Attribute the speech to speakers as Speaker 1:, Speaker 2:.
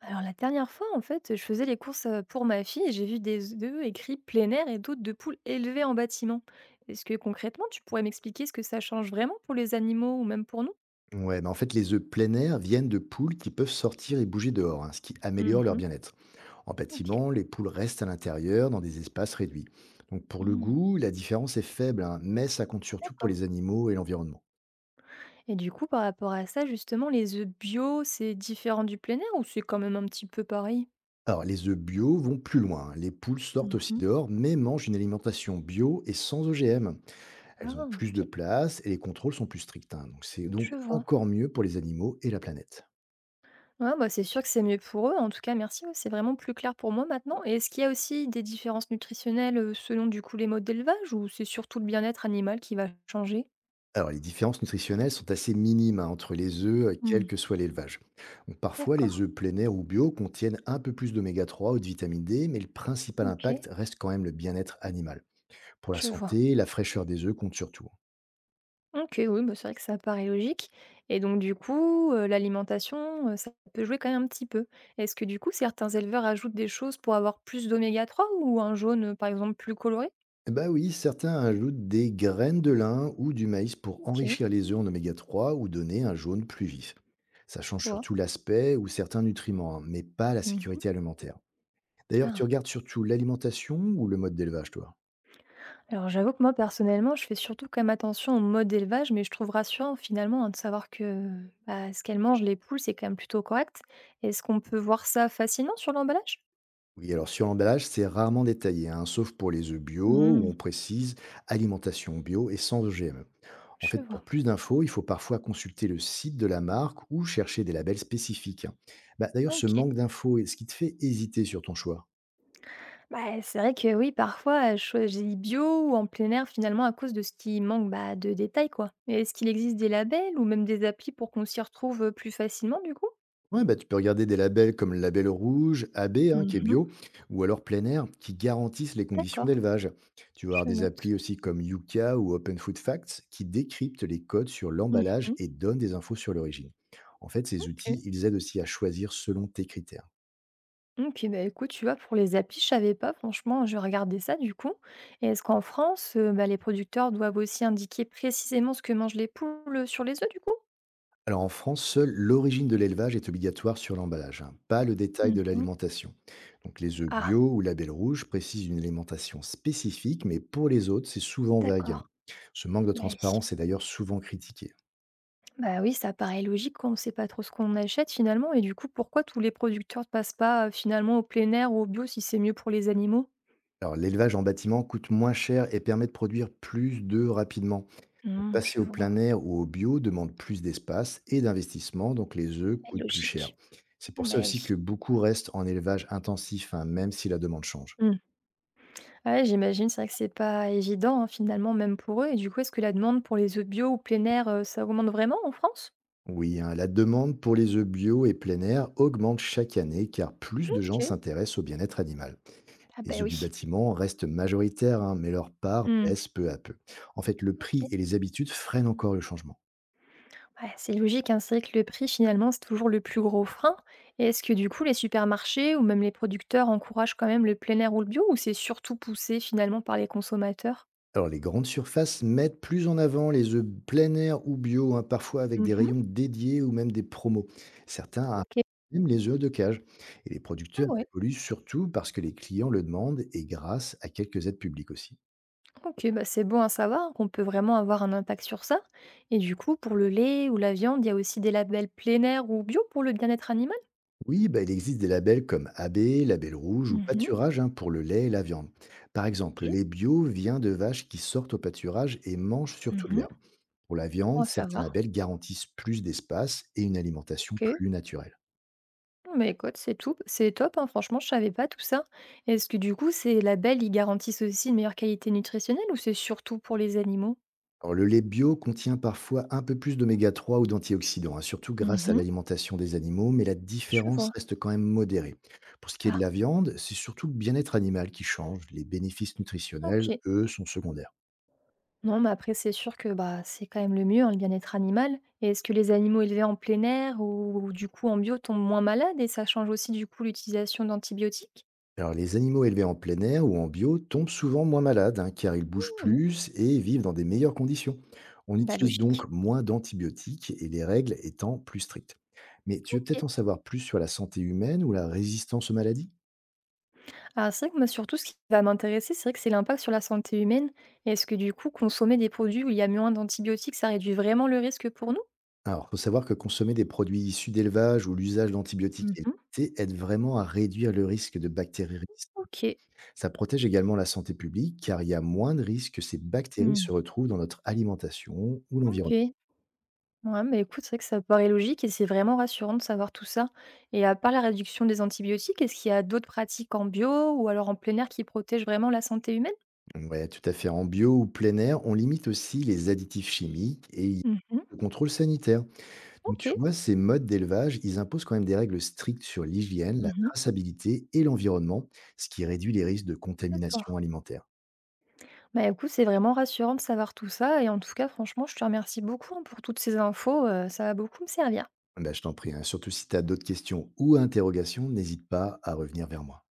Speaker 1: Alors la dernière fois, en fait, je faisais les courses pour ma fille et j'ai vu des œufs écrits plein air et d'autres de poules élevées en bâtiment. Est-ce que concrètement, tu pourrais m'expliquer ce que ça change vraiment pour les animaux ou même pour nous?
Speaker 2: Ouais, mais en fait, les œufs plein air viennent de poules qui peuvent sortir et bouger dehors, hein, ce qui améliore leur
Speaker 1: Mhm.
Speaker 2: bien-être. En
Speaker 1: Ok.
Speaker 2: bâtiment, les poules restent à l'intérieur dans des espaces réduits. Donc pour le
Speaker 1: Hmm.
Speaker 2: goût, la différence est faible, hein, mais ça compte surtout pour
Speaker 1: D'accord.
Speaker 2: les animaux et l'environnement.
Speaker 1: Et du coup, par rapport à ça, justement, les œufs bio, c'est différent du plein air ou c'est quand même un petit peu pareil?
Speaker 2: Alors les œufs bio vont plus loin, hein. Les poules sortent aussi
Speaker 1: Mhm.
Speaker 2: dehors, mais mangent une alimentation bio et sans OGM. Elles ont
Speaker 1: Ah,
Speaker 2: plus de
Speaker 1: ok.
Speaker 2: place et les contrôles sont plus stricts, hein, donc c'est donc
Speaker 1: Je vois.
Speaker 2: encore mieux pour les animaux et la planète.
Speaker 1: Ouais, bah, c'est sûr que c'est mieux pour eux. En tout cas, merci, ouais, c'est vraiment plus clair pour moi maintenant. Et est-ce qu'il y a aussi des différences nutritionnelles selon du coup les modes d'élevage ou c'est surtout le bien-être animal qui va changer?
Speaker 2: Alors, les différences nutritionnelles sont assez minimes hein, entre les œufs, quel
Speaker 1: Hmm.
Speaker 2: que soit l'élevage. Donc, parfois, les
Speaker 1: D'accord,
Speaker 2: œufs plein air ou bio contiennent un peu plus d'oméga 3 ou de vitamine D, mais le principal
Speaker 1: ok,
Speaker 2: impact reste quand même le bien-être animal. Pour la
Speaker 1: je vois.
Speaker 2: santé, la fraîcheur des œufs compte surtout.
Speaker 1: Ok, oui, bah, c'est vrai que ça paraît logique. Et donc du coup, l'alimentation, ça peut jouer quand même un petit peu. Est-ce que du coup, certains éleveurs ajoutent des choses pour avoir plus d'oméga 3 ou un jaune, par exemple, plus coloré?
Speaker 2: Eh bah oui, certains ajoutent des graines de lin ou du maïs pour
Speaker 1: Ok,
Speaker 2: enrichir les œufs en oméga 3 ou donner un jaune plus vif. Ça
Speaker 1: je
Speaker 2: change
Speaker 1: vois.
Speaker 2: surtout l'aspect ou certains nutriments, hein, mais pas la
Speaker 1: Hmm.
Speaker 2: sécurité alimentaire. D'ailleurs, tu
Speaker 1: Ah,
Speaker 2: regardes surtout l'alimentation ou le mode d'élevage, toi?
Speaker 1: alors j'avoue que moi personnellement, je fais surtout quand même attention au mode d'élevage, mais je trouve rassurant finalement, hein, de savoir que bah, ce qu'elles mangent, les poules, c'est quand même plutôt correct. Est-ce qu'on peut voir ça facilement sur l'emballage?
Speaker 2: Oui, alors sur l'emballage, c'est rarement détaillé, hein, sauf pour les œufs bio où
Speaker 1: Hmm,
Speaker 2: on précise alimentation bio et sans OGM. En
Speaker 1: je
Speaker 2: fait,
Speaker 1: vois.
Speaker 2: pour plus d'infos, il faut parfois consulter le site de la marque ou chercher des labels spécifiques, hein. Bah, d'ailleurs,
Speaker 1: Ah,
Speaker 2: ce
Speaker 1: ok.
Speaker 2: manque d'infos est ce qui te fait hésiter sur ton choix.
Speaker 1: Bah, c'est vrai que oui, parfois, je choisis bio ou en plein air finalement à cause de ce qui manque, bah, de détails, quoi. Mais est-ce qu'il existe des labels ou même des applis pour qu'on s'y retrouve plus facilement du coup?
Speaker 2: Ouais, bah, tu peux regarder des labels comme le label rouge, AB, hein, qui est
Speaker 1: Mhm,
Speaker 2: bio, ou alors plein air, qui garantissent les conditions
Speaker 1: d'accord,
Speaker 2: d'élevage. Tu vas avoir
Speaker 1: je
Speaker 2: des
Speaker 1: note.
Speaker 2: applis aussi comme Yuka ou Open Food Facts qui décryptent les codes sur
Speaker 1: Mhm,
Speaker 2: l'emballage et donnent des infos sur l'origine. En fait, ces
Speaker 1: ok.
Speaker 2: outils, ils aident aussi à choisir selon tes critères.
Speaker 1: OK, bah, écoute, tu vois, pour les applis, je savais pas, franchement, je regardais ça du coup. Et est-ce qu'en France, bah, les producteurs doivent aussi indiquer précisément ce que mangent les poules, sur les œufs du coup?
Speaker 2: Alors en France, seule l'origine de l'élevage est obligatoire sur l'emballage, hein, pas le détail de
Speaker 1: Mmh.
Speaker 2: l'alimentation. Donc les œufs
Speaker 1: Ah,
Speaker 2: bio ou label rouge précisent une alimentation spécifique, mais pour les autres, c'est souvent vague, hein.
Speaker 1: d'accord,
Speaker 2: Ce manque de
Speaker 1: bah oui.
Speaker 2: transparence est d'ailleurs souvent critiqué.
Speaker 1: Bah oui, ça paraît logique quand on ne sait pas trop ce qu'on achète finalement. Et du coup, pourquoi tous les producteurs ne passent pas, finalement au plein air ou au bio si c'est mieux pour les animaux?
Speaker 2: Alors l'élevage en bâtiment coûte moins cher et permet de produire plus d'œufs rapidement. Donc,
Speaker 1: Mmh,
Speaker 2: passer
Speaker 1: je
Speaker 2: au plein
Speaker 1: vois,
Speaker 2: air ou au bio demande plus d'espace et d'investissement, donc les œufs
Speaker 1: bah
Speaker 2: coûtent plus cher.
Speaker 1: logique,
Speaker 2: C'est pour ça
Speaker 1: bah
Speaker 2: aussi
Speaker 1: oui.
Speaker 2: que beaucoup restent en élevage intensif, hein, même si la demande change.
Speaker 1: Mmh. Ouais, j'imagine, c'est vrai que c'est pas évident, hein, finalement, même pour eux. Et du coup, est-ce que la demande pour les œufs bio ou plein air, ça augmente vraiment en France?
Speaker 2: Oui, hein, la demande pour les œufs bio et plein air augmente chaque année car plus de gens
Speaker 1: OK.
Speaker 2: s'intéressent au bien-être animal.
Speaker 1: Ah
Speaker 2: Les
Speaker 1: bah
Speaker 2: œufs du
Speaker 1: oui.
Speaker 2: bâtiment restent majoritaires, hein, mais leur part
Speaker 1: Mmh.
Speaker 2: baisse peu à peu. En fait, le prix
Speaker 1: OK.
Speaker 2: et les habitudes freinent encore le changement.
Speaker 1: Bah, c'est logique, hein, c'est vrai que le prix, finalement, c'est toujours le plus gros frein. Et est-ce que, du coup, les supermarchés ou même les producteurs encouragent quand même le plein air ou le bio ou c'est surtout poussé, finalement, par les consommateurs?
Speaker 2: Alors, les grandes surfaces mettent plus en avant les œufs plein air ou bio, hein, parfois avec des
Speaker 1: Mmh.
Speaker 2: rayons dédiés ou même des promos. Certains arrivent
Speaker 1: OK.
Speaker 2: même les œufs de cage. Et les
Speaker 1: Ah
Speaker 2: producteurs
Speaker 1: ouais.
Speaker 2: évoluent surtout parce que les clients le demandent et grâce à quelques aides publiques aussi.
Speaker 1: OK, bah, c'est bon à savoir qu'on peut vraiment avoir un impact sur ça. Et du coup, pour le lait ou la viande, il y a aussi des labels plein air ou bio pour le bien-être animal?
Speaker 2: Oui, bah, il existe des labels comme AB, Label Rouge ou Pâturage hein, pour le lait et la viande. Par exemple, le
Speaker 1: OK.
Speaker 2: lait bio vient de vaches qui sortent au pâturage et mangent surtout de
Speaker 1: Mmh mh.
Speaker 2: l'herbe. Pour la
Speaker 1: Bon
Speaker 2: viande,
Speaker 1: à
Speaker 2: certains
Speaker 1: savoir.
Speaker 2: labels garantissent plus d'espace et une alimentation
Speaker 1: OK.
Speaker 2: plus naturelle.
Speaker 1: Bon, bah, écoute, c'est tout, c'est top, hein, franchement, je savais pas tout ça. Est-ce que du coup, ces labels, ils garantissent aussi une meilleure qualité nutritionnelle ou c'est surtout pour les animaux?
Speaker 2: Alors, le lait bio contient parfois un peu plus d'oméga 3 ou d'antioxydants, hein, surtout grâce à
Speaker 1: Mmh.
Speaker 2: l'alimentation des animaux, mais la
Speaker 1: Je
Speaker 2: différence
Speaker 1: vois.
Speaker 2: reste quand même modérée. Pour ce qui est de
Speaker 1: Ah,
Speaker 2: la viande, c'est surtout le bien-être animal qui change. Les bénéfices nutritionnels,
Speaker 1: OK.
Speaker 2: eux, sont secondaires.
Speaker 1: Non, mais après, c'est sûr que, bah, c'est quand même le mieux, hein, le bien-être animal. Et est-ce que les animaux élevés en plein air ou du coup en bio tombent moins malades et ça change aussi, du coup, l'utilisation d'antibiotiques?
Speaker 2: Alors, les animaux élevés en plein air ou en bio tombent souvent moins malades, hein, car ils bougent
Speaker 1: Mmh.
Speaker 2: plus et vivent dans des meilleures conditions. On
Speaker 1: Bah,
Speaker 2: utilise
Speaker 1: logique.
Speaker 2: donc moins d'antibiotiques et les règles étant plus strictes. Mais tu veux peut-être
Speaker 1: OK.
Speaker 2: en savoir plus sur la santé humaine ou la résistance aux maladies?
Speaker 1: Alors c'est vrai que moi surtout ce qui va m'intéresser, c'est vrai que c'est l'impact sur la santé humaine. Est-ce que du coup, consommer des produits où il y a moins d'antibiotiques, ça réduit vraiment le risque pour nous?
Speaker 2: Alors, faut savoir que consommer des produits issus d'élevage ou l'usage d'antibiotiques est
Speaker 1: Mhm.
Speaker 2: limité aide vraiment à réduire le risque de bactéries résistantes.
Speaker 1: OK.
Speaker 2: Ça protège également la santé publique car il y a moins de risques que ces bactéries se
Speaker 1: Mmh.
Speaker 2: retrouvent dans notre alimentation ou l'environnement.
Speaker 1: OK. Ouais, mais écoute, c'est vrai que ça paraît logique et c'est vraiment rassurant de savoir tout ça. Et à part la réduction des antibiotiques, est-ce qu'il y a d'autres pratiques en bio ou alors en plein air qui protègent vraiment la santé humaine?
Speaker 2: Ouais, tout à fait. En bio ou plein air, on limite aussi les additifs chimiques et il y a
Speaker 1: Mhm.
Speaker 2: le contrôle sanitaire. Donc, tu
Speaker 1: OK.
Speaker 2: vois, ces modes d'élevage, ils imposent quand même des règles strictes sur l'hygiène, la
Speaker 1: Mhm.
Speaker 2: traçabilité et l'environnement, ce qui réduit les risques de
Speaker 1: D'accord.
Speaker 2: contamination alimentaire.
Speaker 1: Bah écoute, c'est vraiment rassurant de savoir tout ça. Et en tout cas, franchement, je te remercie beaucoup, hein, pour toutes ces infos. Ça va beaucoup me servir.
Speaker 2: Bah, je t'en prie, hein. Surtout si tu as d'autres questions ou interrogations, n'hésite pas à revenir vers moi.